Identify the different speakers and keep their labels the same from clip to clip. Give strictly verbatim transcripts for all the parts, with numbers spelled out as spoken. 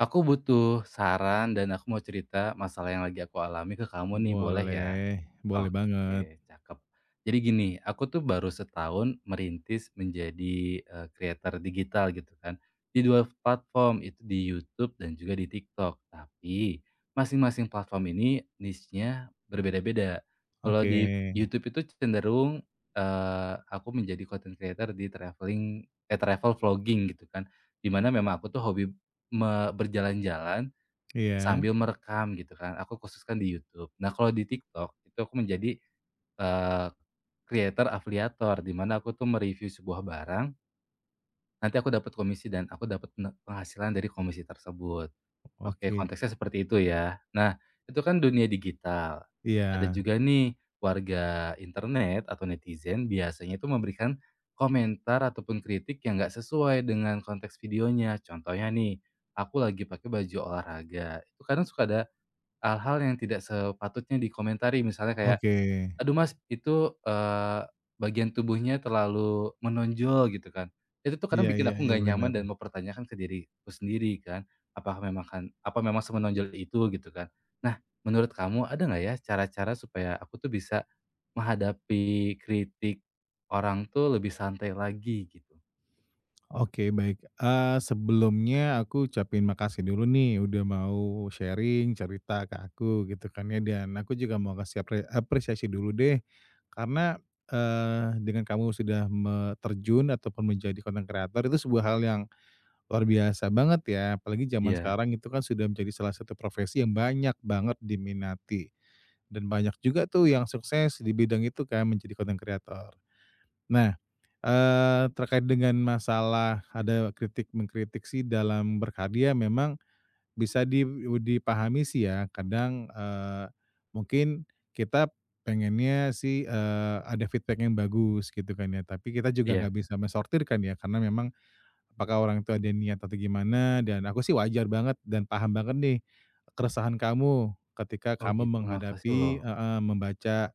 Speaker 1: Aku butuh saran dan aku mau cerita masalah yang lagi aku alami ke kamu nih, boleh ya?
Speaker 2: Boleh, boleh banget.
Speaker 1: Oke, cakep. Jadi gini, aku tuh baru setahun merintis menjadi, eee, creator digital gitu kan, di dua platform, itu di YouTube dan juga di TikTok. Tapi, masing-masing platform ini niche-nya berbeda-beda. Kalau
Speaker 2: Oke,
Speaker 1: di YouTube itu cenderung, eee, aku menjadi content creator di traveling eh, travel vlogging gitu kan, di mana memang aku tuh hobi me berjalan-jalan
Speaker 2: iya,
Speaker 1: sambil merekam gitu kan, aku khususkan di YouTube. Nah, kalau di TikTok, itu aku menjadi Eee, creator afiliator, di mana aku tuh mereview sebuah barang, nanti aku dapat komisi dan aku dapat pene penghasilan dari komisi tersebut. Oke,
Speaker 2: oke,
Speaker 1: konteksnya seperti itu ya. Nah, itu kan dunia digital. Ada
Speaker 2: iya,
Speaker 1: juga nih warga internet atau netizen biasanya itu memberikan komentar ataupun kritik yang nggak sesuai dengan konteks videonya. Contohnya nih, aku lagi pakai baju olahraga, itu kadang suka ada hal-hal yang tidak sepatutnya dikomentari, misalnya kayak
Speaker 2: oke.
Speaker 1: Aduh Mas, itu, eee, bagian tubuhnya terlalu menonjol gitu kan. Itu tuh kadang
Speaker 2: Iya
Speaker 1: bikin
Speaker 2: iya
Speaker 1: aku
Speaker 2: iya,
Speaker 1: nggak
Speaker 2: bener.
Speaker 1: nyaman dan mempertanyakan ke diriku sendiri kan, apakah memang kan apa memang semenonjol itu gitu kan. Nah, menurut kamu ada nggak ya cara-cara supaya aku tuh bisa menghadapi kritik orang tuh lebih santai lagi gitu?
Speaker 2: Oke, baik, eee, sebelumnya aku ucapin makasih dulu nih udah mau sharing cerita ke aku gitu kan ya, dan aku juga mau kasih apre apresiasi dulu deh karena, eee, dengan kamu sudah me terjun ataupun menjadi content creator itu sebuah hal yang luar biasa banget ya, apalagi zaman
Speaker 1: Iya,
Speaker 2: sekarang itu kan sudah menjadi salah satu profesi yang banyak banget diminati, dan banyak juga tuh yang sukses di bidang itu kan menjadi content creator. Nah, eee, terkait dengan masalah ada kritik mengkritik sih dalam berkarya memang bisa di dipahami sih ya kadang, eee, mungkin kita pengennya sih, eee, ada feedback yang bagus gitu kan ya, tapi kita juga
Speaker 1: iya.
Speaker 2: nggak bisa mensortir kan ya karena memang apakah orang itu ada niat atau gimana, dan aku sih wajar banget dan paham banget nih keresahan kamu ketika
Speaker 1: Oh
Speaker 2: kamu
Speaker 1: gitu, makasih loh.
Speaker 2: menghadapi heeh, membaca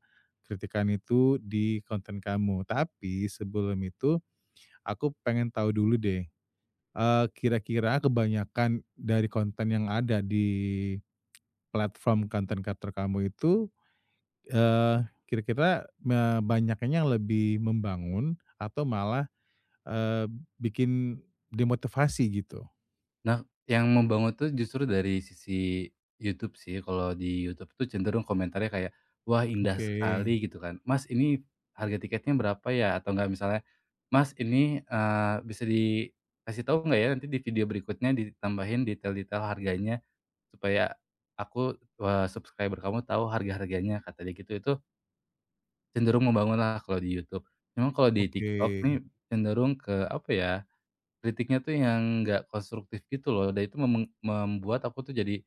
Speaker 2: kritikan itu di konten kamu. Tapi sebelum itu aku pengen tahu dulu deh, eee, kira-kira kebanyakan dari konten yang ada di platform konten kreator kamu itu, eee, kira-kira me banyaknya yang lebih membangun atau malah, eee, bikin demotivasi gitu?
Speaker 1: Nah, yang membangun tuh justru dari sisi YouTube sih, kalau di YouTube tuh cenderung komentarnya kayak, "Wah indah Iya.
Speaker 2: Oke,
Speaker 1: sekali," gitu kan, "Mas ini harga tiketnya berapa ya?" Atau enggak misalnya, "Mas ini, eee, bisa dikasih tahu nggak ya nanti di video berikutnya ditambahin detail-detail harganya supaya aku, eee, subscriber kamu tahu harga-harganya," kata dia gitu. Itu cenderung membangun lah kalau di YouTube. Cuman kalau di
Speaker 2: oke.
Speaker 1: TikTok nih cenderung ke apa ya, kritiknya tuh yang nggak konstruktif gitu loh, dan itu memeng membuat aku tuh jadi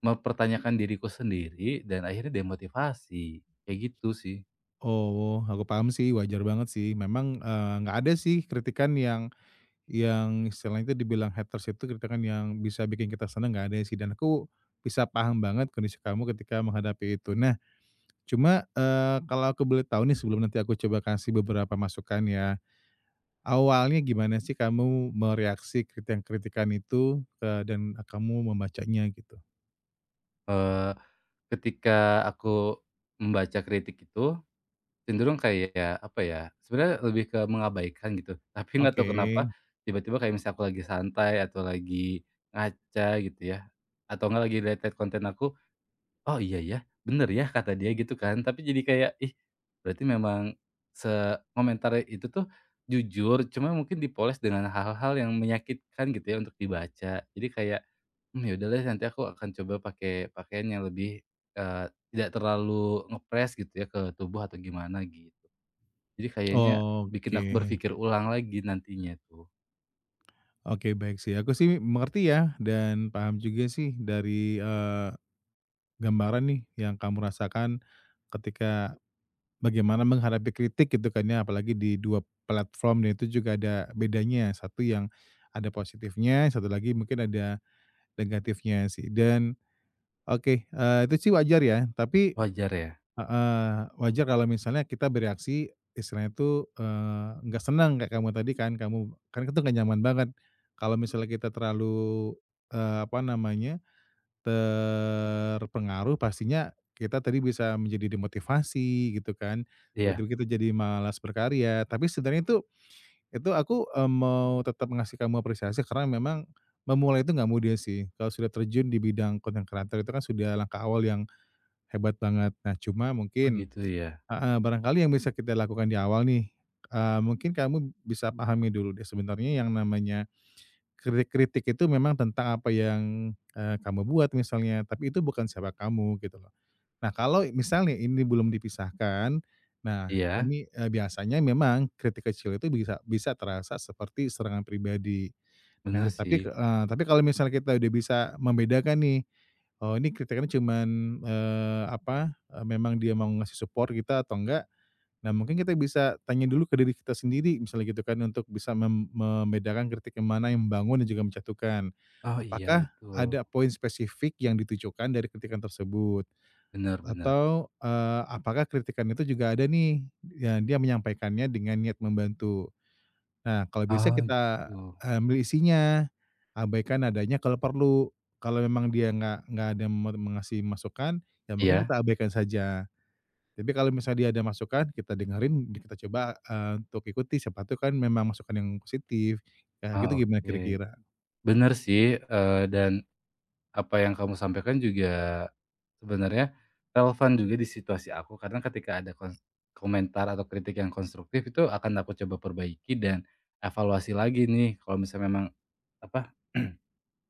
Speaker 1: mempertanyakan diriku sendiri dan akhirnya demotivasi, kayak gitu sih.
Speaker 2: Oh, aku paham sih, wajar banget sih. Memang, eee, nggak ada sih kritikan yang yang istilahnya itu dibilang haters itu kritikan yang bisa bikin kita seneng. Nggak ada sih, dan aku bisa paham banget kondisi kamu ketika menghadapi itu. Nah, cuma, eee, kalau aku boleh tahu nih sebelum nanti aku coba kasih beberapa masukan ya, awalnya gimana sih kamu mereaksi kritikan-kritikan itu, eee, dan kamu membacanya gitu?
Speaker 1: Eee, ketika aku membaca kritik itu cenderung kayak, apa ya, sebenarnya lebih ke mengabaikan gitu, tapi nggak
Speaker 2: Oke,
Speaker 1: tahu kenapa tiba-tiba kayak misalnya aku lagi santai atau lagi ngaca gitu ya, atau nggak lagi lihat-lihat konten aku. Oh iya ya, bener ya kata dia gitu kan. Tapi jadi kayak, ih berarti memang sekomentar itu tuh jujur, cuma mungkin dipoles dengan hal-hal yang menyakitkan gitu ya untuk dibaca. Jadi kayak, mmm, ya udah nanti aku akan coba pakai pakaian yang lebih, eee, tidak terlalu ngepres gitu ya ke tubuh atau gimana gitu. Jadi kayaknya bikin
Speaker 2: oke.
Speaker 1: aku berpikir ulang lagi nantinya tuh.
Speaker 2: Oke baik sih, aku sih mengerti ya dan paham juga sih dari, eee, gambaran nih yang kamu rasakan ketika bagaimana menghadapi kritik gitu kan ya, apalagi di dua platform dan itu juga ada bedanya, satu yang ada positifnya, satu lagi mungkin ada negatifnya sih dan oke, eee, itu sih wajar ya, tapi
Speaker 1: Wajar ya?
Speaker 2: heeh, wajar kalau misalnya kita bereaksi istilahnya itu, eee, nggak senang kayak kamu tadi kan, kamu kan itu nggak nyaman banget. Kalau misalnya kita terlalu, eee, apa namanya, terpengaruh pastinya kita tadi bisa menjadi demotivasi gitu kan,
Speaker 1: Iya?
Speaker 2: tiba-tiba kita jadi malas berkarya. Tapi sebenarnya itu itu aku, eee, mau tetap ngasih kamu apresiasi karena memang memulai itu nggak mudah sih. Kalau sudah terjun di bidang content creator itu kan sudah langkah awal yang hebat banget. Nah, cuma
Speaker 1: Oh
Speaker 2: mungkin
Speaker 1: gitu ya?
Speaker 2: heeh, barangkali yang bisa kita lakukan di awal nih, eee, mungkin kamu bisa pahami dulu deh sebenarnya yang namanya kritik-kritik itu memang tentang apa yang, eee, kamu buat misalnya, tapi itu bukan siapa kamu gitu loh. Nah kalau misalnya ini belum dipisahkan, nah
Speaker 1: Iya?
Speaker 2: ini, eee, biasanya memang kritik kecil itu bisa bisa terasa seperti serangan pribadi.
Speaker 1: Bener
Speaker 2: Nah tapi,
Speaker 1: sih.
Speaker 2: eee, tapi kalau misalnya kita udah bisa membedakan nih, oh ini kritikannya cuman, eee, apa, eee, memang dia mau ngasih support kita atau enggak, nah, mungkin kita bisa tanya dulu ke diri kita sendiri, misalnya gitu kan, untuk bisa mem membedakan kritik yang mana yang membangun dan juga menjatuhkan.
Speaker 1: Oh iya
Speaker 2: Apakah
Speaker 1: betul.
Speaker 2: ada poin spesifik yang ditujukan dari kritikan tersebut?
Speaker 1: Bener, bener.
Speaker 2: Atau, eee, apakah kritikan itu juga ada nih, ya dia menyampaikannya dengan niat membantu. Nah, kalau bisa
Speaker 1: Oh
Speaker 2: kita
Speaker 1: gitu.
Speaker 2: eh, ambil isinya, abaikan adanya kalau perlu. Kalau memang dia nggak nggak ada me mengasih masukan, ya mungkin
Speaker 1: Iya.
Speaker 2: kita abaikan saja. Tapi kalau misalnya dia ada masukan, kita dengerin, kita coba, eee, untuk ikuti, siapa tahu kan memang masukan yang positif. Kayak
Speaker 1: Ah,
Speaker 2: gitu gimana
Speaker 1: oke.
Speaker 2: kira-kira?
Speaker 1: Bener sih, eee, dan apa yang kamu sampaikan juga sebenarnya relevan juga di situasi aku karena ketika ada kon komentar atau kritik yang konstruktif itu akan aku coba perbaiki dan evaluasi lagi nih kalau misalnya memang apa,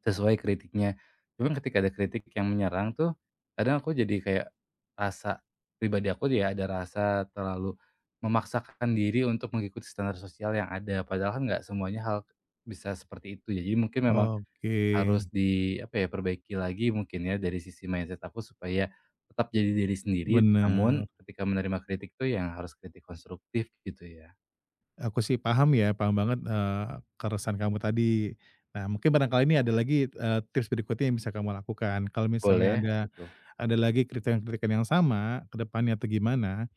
Speaker 1: sesuai kritiknya. Cuman ketika ada kritik yang menyerang tuh, kadang aku jadi kayak rasa pribadi aku ya ada rasa terlalu memaksakan diri untuk mengikuti standar sosial yang ada. Padahal kan nggak semuanya hal bisa seperti itu ya. Jadi mungkin memang
Speaker 2: Oke,
Speaker 1: harus di apa ya, perbaiki lagi mungkin ya dari sisi mindset aku supaya tetap jadi diri sendiri, namun
Speaker 2: bener.
Speaker 1: ketika menerima kritik tuh yang harus kritik konstruktif gitu ya.
Speaker 2: Aku sih paham ya, paham banget, eee, keresahan kamu tadi. Nah, mungkin barangkali ini ada lagi, eee, tips berikutnya yang bisa kamu lakukan. Kalau misalnya
Speaker 1: Boleh,
Speaker 2: ada
Speaker 1: apa tuh?
Speaker 2: ada lagi kritikan-kritikan yang sama ke depannya atau gimana,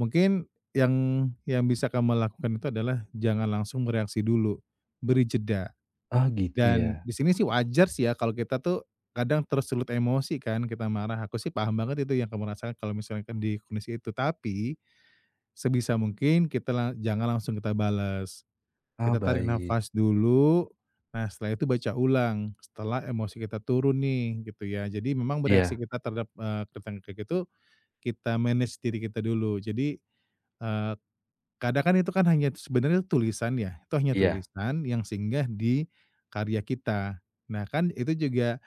Speaker 2: mungkin yang yang bisa kamu lakukan itu adalah jangan langsung bereaksi dulu, beri jeda.
Speaker 1: Ah gitu ya?
Speaker 2: Dan di sini sih wajar sih ya kalau kita tuh kadang tersulut emosi kan kita marah, aku sih paham banget itu yang kamu rasakan kalau misalkan di kondisi itu. Tapi sebisa mungkin kita la jangan langsung kita balas.
Speaker 1: Ah
Speaker 2: Kita tarik
Speaker 1: baik.
Speaker 2: nafas dulu, nah setelah itu baca ulang, setelah emosi kita turun nih gitu ya. Jadi memang bereaksi
Speaker 1: Iya
Speaker 2: kita terhadap, eee, kayak gitu, kita manage diri kita dulu. Jadi, eh, kadang kan itu kan hanya sebenarnya tulisan ya, itu hanya
Speaker 1: iya,
Speaker 2: tulisan yang singgah di karya kita. Nah kan itu juga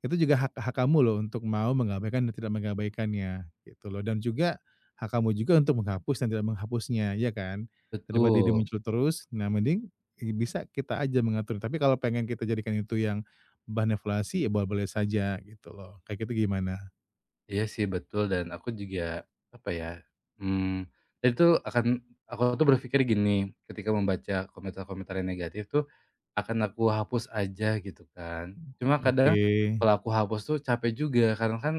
Speaker 2: itu juga hak hak kamu loh untuk mau mengabaikan dan tidak mengabaikannya, gitu loh. Dan juga hak kamu juga untuk menghapus dan tidak menghapusnya, ya kan? Daripada dia
Speaker 1: betul.
Speaker 2: muncul terus, nah mending i bisa kita aja mengatur. Tapi kalau pengen kita jadikan itu yang bahan evaluasi, ya boleh-boleh saja gitu loh. Kayak gitu gimana?
Speaker 1: Iya sih betul dan aku juga apa ya, mmm, dan itu akan aku tuh berpikir gini, ketika membaca komentar-komentar yang negatif tuh, akan aku hapus aja gitu kan. Cuma mhm, kadang
Speaker 2: Oke.
Speaker 1: kalau aku hapus tuh capek juga karena kan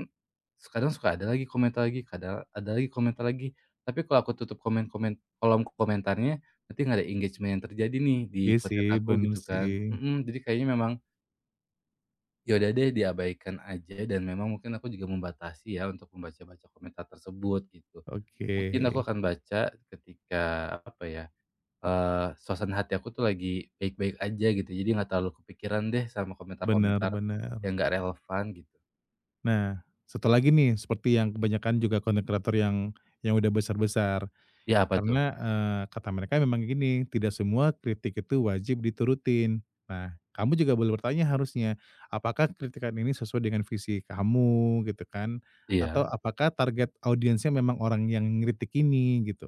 Speaker 1: kadang suka ada lagi komentar lagi, kadang ada lagi komentar lagi. Tapi kalau aku tutup komen-komen kolom komentarnya, nanti nggak ada engagement yang terjadi nih di
Speaker 2: Iya sih,
Speaker 1: konten aku
Speaker 2: bener
Speaker 1: gitu kan.
Speaker 2: sih.
Speaker 1: Mhm, jadi kayaknya memang ya udah deh diabaikan aja dan memang mungkin aku juga membatasi ya untuk membaca-baca komentar tersebut gitu.
Speaker 2: Oke.
Speaker 1: Mungkin aku akan baca ketika apa ya, eee, suasana hati aku tuh lagi baik-baik aja gitu jadi nggak terlalu kepikiran deh sama
Speaker 2: Bener,
Speaker 1: komentar-komentar
Speaker 2: bener.
Speaker 1: yang nggak relevan gitu.
Speaker 2: Nah, satu lagi nih, seperti yang kebanyakan juga content creator yang yang udah besar-besar.
Speaker 1: Ya apa tuh?
Speaker 2: Karena, eee, kata mereka memang gini, "Tidak semua kritik itu wajib diturutin." Nah, kamu juga boleh bertanya harusnya, apakah kritikan ini sesuai dengan visi kamu gitu kan,
Speaker 1: Iya,
Speaker 2: atau apakah target audiensnya memang orang yang ngeritik ini gitu,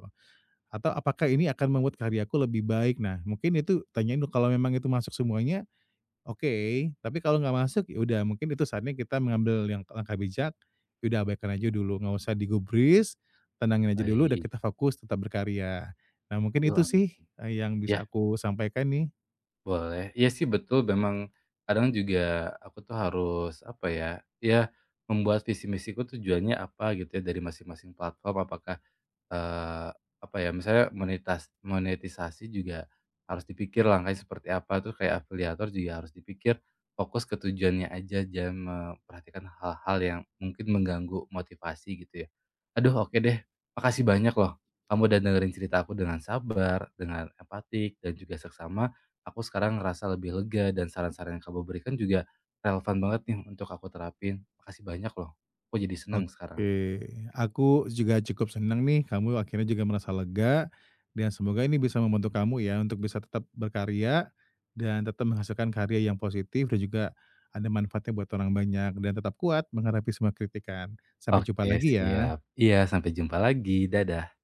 Speaker 2: atau apakah ini akan membuat karyaku lebih baik. Nah, mungkin itu tanyain dulu, kalau memang itu masuk semuanya, oke, tapi kalau nggak masuk, ya udah mungkin itu saatnya kita mengambil yang langkah bijak, ya udah abaikan aja dulu, nggak usah digubris, tenangin aja dulu, udah
Speaker 1: baik.
Speaker 2: kita fokus tetap berkarya. Nah mungkin
Speaker 1: Aduh
Speaker 2: itu
Speaker 1: amin.
Speaker 2: sih, eee, yang bisa
Speaker 1: Ya
Speaker 2: aku sampaikan nih.
Speaker 1: boleh. Iya sih betul memang kadang juga aku tuh harus apa ya, ya membuat visi misiku tujuannya apa gitu ya dari masing-masing platform apakah eh, apa ya misalnya monetas monetisasi juga harus dipikir langkahnya seperti apa tuh kayak afiliator juga harus dipikir fokus ke tujuannya aja jangan memperhatikan hal-hal yang mungkin mengganggu motivasi gitu ya. Aduh oke deh. Makasih banyak loh. Kamu udah dengerin cerita aku dengan sabar, dengan empatik dan juga seksama, aku sekarang ngerasa lebih lega dan saran-saran yang kamu berikan juga relevan banget nih untuk aku terapin. Makasih banyak loh. Aku jadi senang sekarang.
Speaker 2: Oke, aku juga cukup senang nih kamu akhirnya juga merasa lega, dan semoga ini bisa membantu kamu ya untuk bisa tetap berkarya, dan tetap menghasilkan karya yang positif dan juga ada manfaatnya buat orang banyak, dan tetap kuat menghadapi semua kritikan. Sampai jumpa
Speaker 1: Oke,
Speaker 2: lagi
Speaker 1: siap.
Speaker 2: ya.
Speaker 1: Iya, sampai jumpa lagi. Dadah.